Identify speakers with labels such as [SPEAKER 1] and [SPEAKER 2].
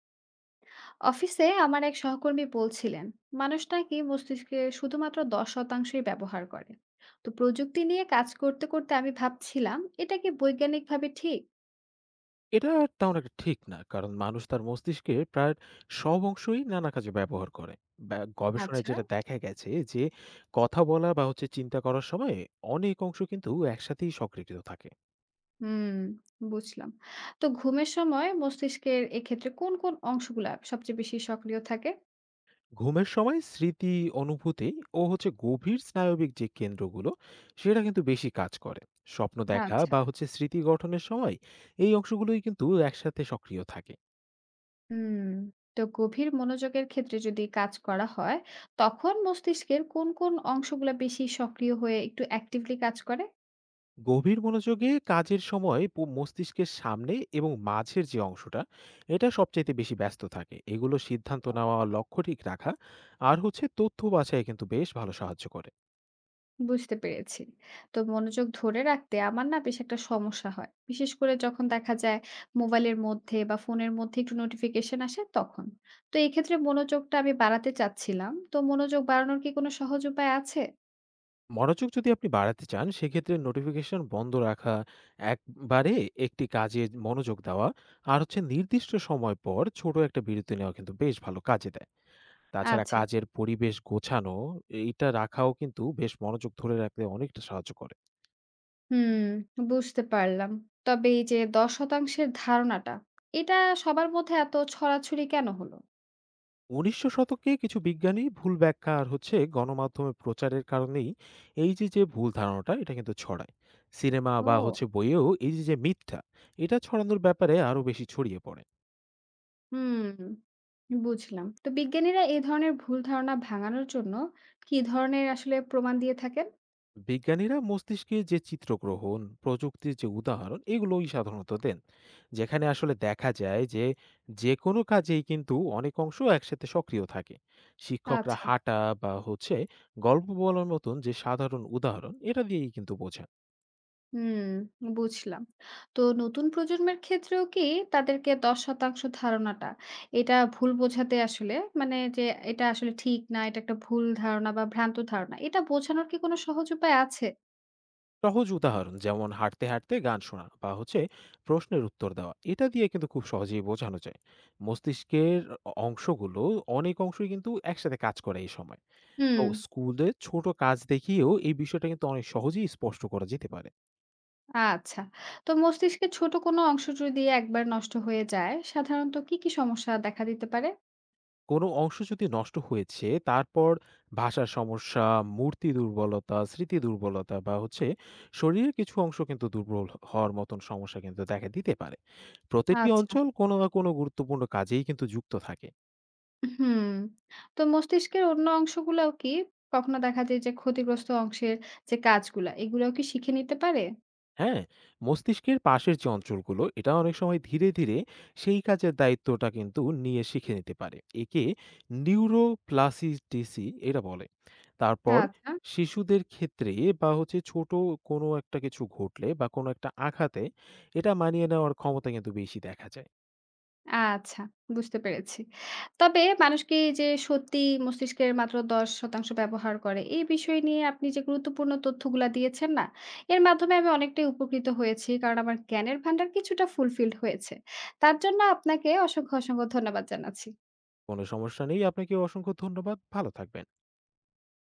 [SPEAKER 1] অফিসে আমার এক সহকর্মী বলছিলেন মানুষ নাকি মস্তিষ্কে শুধুমাত্র দশ শতাংশই ব্যবহার করে। তো প্রযুক্তি নিয়ে কাজ করতে করতে আমি ভাবছিলাম এটা কি বৈজ্ঞানিকভাবে ঠিক?
[SPEAKER 2] এটা তেমন একটা ঠিক না। কারণ মানুষ তার মস্তিষ্কের প্রায় সব অংশই নানা কাজে ব্যবহার করে। গবেষণায়
[SPEAKER 1] আচ্ছা।
[SPEAKER 2] যেটা দেখা গেছে যে, কথা বলা বা হচ্ছে চিন্তা করার সময় অনেক অংশ কিন্তু একসাথেই সক্রিয় থাকে।
[SPEAKER 1] হুম। বুঝলাম। তো ঘুমের সময় মস্তিষ্কের এক্ষেত্রে কোন কোন অংশগুলা সবচেয়ে বেশি সক্রিয় থাকে?
[SPEAKER 2] ঘুমের সময় স্মৃতি, অনুভূতি ও হচ্ছে গভীর স্নায়বিক যে কেন্দ্রগুলো, সেটা কিন্তু বেশি কাজ করে। স্বপ্ন দেখা
[SPEAKER 1] আচ্ছা।
[SPEAKER 2] বা হচ্ছে স্মৃতি গঠনের সময় এই অংশগুলোই কিন্তু একসাথে সক্রিয় থাকে।
[SPEAKER 1] হুম। তো গভীর মনোযোগের ক্ষেত্রে যদি কাজ করা হয় তখন মস্তিষ্কের কোন কোন অংশগুলা বেশি সক্রিয় হয়ে একটু অ্যাক্টিভলি কাজ করে?
[SPEAKER 2] গভীর মনোযোগে কাজের সময় মস্তিষ্কের সামনে এবং মাঝের যে অংশটা এটা সবচাইতে বেশি ব্যস্ত থাকে, এগুলো সিদ্ধান্ত নেওয়া, লক্ষ্য ঠিক রাখা আর হচ্ছে তথ্য বাছাই কিন্তু বেশ ভালো সাহায্য করে।
[SPEAKER 1] বুঝতে পেরেছি। তো মনোযোগ ধরে রাখতে আমার না বেশ একটা সমস্যা হয়। বিশেষ করে যখন দেখা যায় মোবাইলের মধ্যে বা ফোনের মধ্যে একটু নোটিফিকেশন আসে তখন। তো এই ক্ষেত্রে মনোযোগটা আমি বাড়াতে চাচ্ছিলাম। তো মনোযোগ বাড়ানোর কি কোনো সহজ উপায় আছে?
[SPEAKER 2] মনোযোগ যদি আপনি বাড়াতে চান সেক্ষেত্রে নোটিফিকেশন বন্ধ রাখা, একবারে একটি কাজে মনোযোগ দেওয়া আর হচ্ছে নির্দিষ্ট সময় পর ছোট একটা বিরতি নেওয়া কিন্তু বেশ ভালো কাজে দেয়। তাছাড়া
[SPEAKER 1] আচ্ছা।
[SPEAKER 2] কাজের পরিবেশ গোছানো, এইটা রাখাও কিন্তু বেশ মনোযোগ ধরে রাখতে অনেকটা সাহায্য করে।
[SPEAKER 1] হুম, বুঝতে পারলাম। তবে এই যে ১০% ধারণাটা, এটা সবার মধ্যে এত ছড়াছড়ি কেন হলো?
[SPEAKER 2] 1900 শতকে কিছু বিজ্ঞানী ভুল ব্যাখ্যা আর হচ্ছে গণমাধ্যমে প্রচারের কারণেই এই যে যে ভুল ধারণাটা এটা কিন্তু ছড়ায়। সিনেমা বা
[SPEAKER 1] ও!
[SPEAKER 2] হচ্ছে বইয়েও এই যে যে মিথ্যা এটা ছড়ানোর ব্যাপারে আরো বেশি ছড়িয়ে পড়ে।
[SPEAKER 1] হুম, বুঝলাম। তো বিজ্ঞানীরা এই ধরনের ভুল ধারণা ভাঙানোর জন্য কি ধরনের আসলে প্রমাণ দিয়ে থাকেন?
[SPEAKER 2] বিজ্ঞানীরা মস্তিষ্কে যে চিত্রগ্রহণ প্রযুক্তির যে উদাহরণ এগুলোই সাধারণত দেন, যেখানে আসলে দেখা যায় যে যে কোনো কাজেই কিন্তু অনেক অংশ একসাথে সক্রিয় থাকে। শিক্ষকরা
[SPEAKER 1] আচ্ছা,
[SPEAKER 2] হাঁটা বা হচ্ছে গল্প বলার মতন যে সাধারণ উদাহরণ এটা দিয়েই কিন্তু বোঝায়।
[SPEAKER 1] হুম, বুঝলাম। তো নতুন প্রজন্মের ক্ষেত্রেও কি তাদেরকে ১০% ধারণাটা এটা ভুল বোঝাতে আসলে মানে যে এটা আসলে ঠিক না, এটা একটা ভুল ধারণা বা ভ্রান্ত ধারণা এটা বোঝানোর কি কোনো সহজ উপায় আছে?
[SPEAKER 2] সহজ উদাহরণ যেমন হাঁটতে হাঁটতে গান শোনা বা হচ্ছে প্রশ্নের উত্তর দেওয়া, এটা দিয়ে কিন্তু খুব সহজেই বোঝানো যায়। মস্তিষ্কের অংশগুলো, অনেক অংশই কিন্তু একসাথে কাজ করে এই সময়। তো
[SPEAKER 1] হুম,
[SPEAKER 2] স্কুলে ছোট কাজ দেখিয়েও এই বিষয়টা কিন্তু অনেক সহজেই স্পষ্ট করা যেতে পারে।
[SPEAKER 1] আচ্ছা। তো মস্তিষ্কের ছোট কোনো অংশ যদি একবার নষ্ট হয়ে যায়, সাধারণত কি, কি সমস্যা দেখা দিতে পারে?
[SPEAKER 2] কোনো অংশ যদি নষ্ট হয়েছে তারপর ভাষার সমস্যা, মূর্তি দুর্বলতা, স্মৃতি দুর্বলতা বা হচ্ছে শরীরের কিছু অংশ কিন্তু দুর্বল হওয়ার মতন সমস্যা কিন্তু দেখা দিতে পারে। প্রতিটি
[SPEAKER 1] আচ্ছা,
[SPEAKER 2] অঞ্চল কোনো না কোনো গুরুত্বপূর্ণ কাজেই কিন্তু যুক্ত থাকে।
[SPEAKER 1] হুম। তো মস্তিষ্কের অন্য অংশগুলাও কি কখনো দেখা যায় যে ক্ষতিগ্রস্ত অংশের যে কাজগুলা, এগুলাও কি শিখে নিতে পারে?
[SPEAKER 2] হ্যাঁ, মস্তিষ্কের পাশের যে অঞ্চলগুলো এটা অনেক সময় ধীরে ধীরে সেই কাজের দায়িত্বটা কিন্তু নিয়ে শিখে নিতে পারে। একে নিউরোপ্লাসিটিসি এটা বলে। তারপর
[SPEAKER 1] আচ্ছা,
[SPEAKER 2] শিশুদের ক্ষেত্রে বা হচ্ছে ছোট কোনো একটা কিছু ঘটলে বা কোনো একটা আঘাতে এটা মানিয়ে নেওয়ার ক্ষমতা কিন্তু বেশি দেখা যায়।
[SPEAKER 1] আচ্ছা, বুঝতে পেরেছি। তবে মানুষ কি যে সত্যি মস্তিষ্কের মাত্র ১০% ব্যবহার করে, এই বিষয় নিয়ে আপনি যে গুরুত্বপূর্ণ তথ্যগুলা দিয়েছেন না, এর মাধ্যমে আমি অনেকটাই উপকৃত হয়েছি। কারণ আমার জ্ঞানের ভান্ডার কিছুটা ফুলফিলড হয়েছে। তার জন্য আপনাকে অসংখ্য, অসংখ্য ধন্যবাদ জানাচ্ছি।
[SPEAKER 2] কোনো সমস্যা নেই। আপনাকে অসংখ্য ধন্যবাদ। ভালো থাকবেন।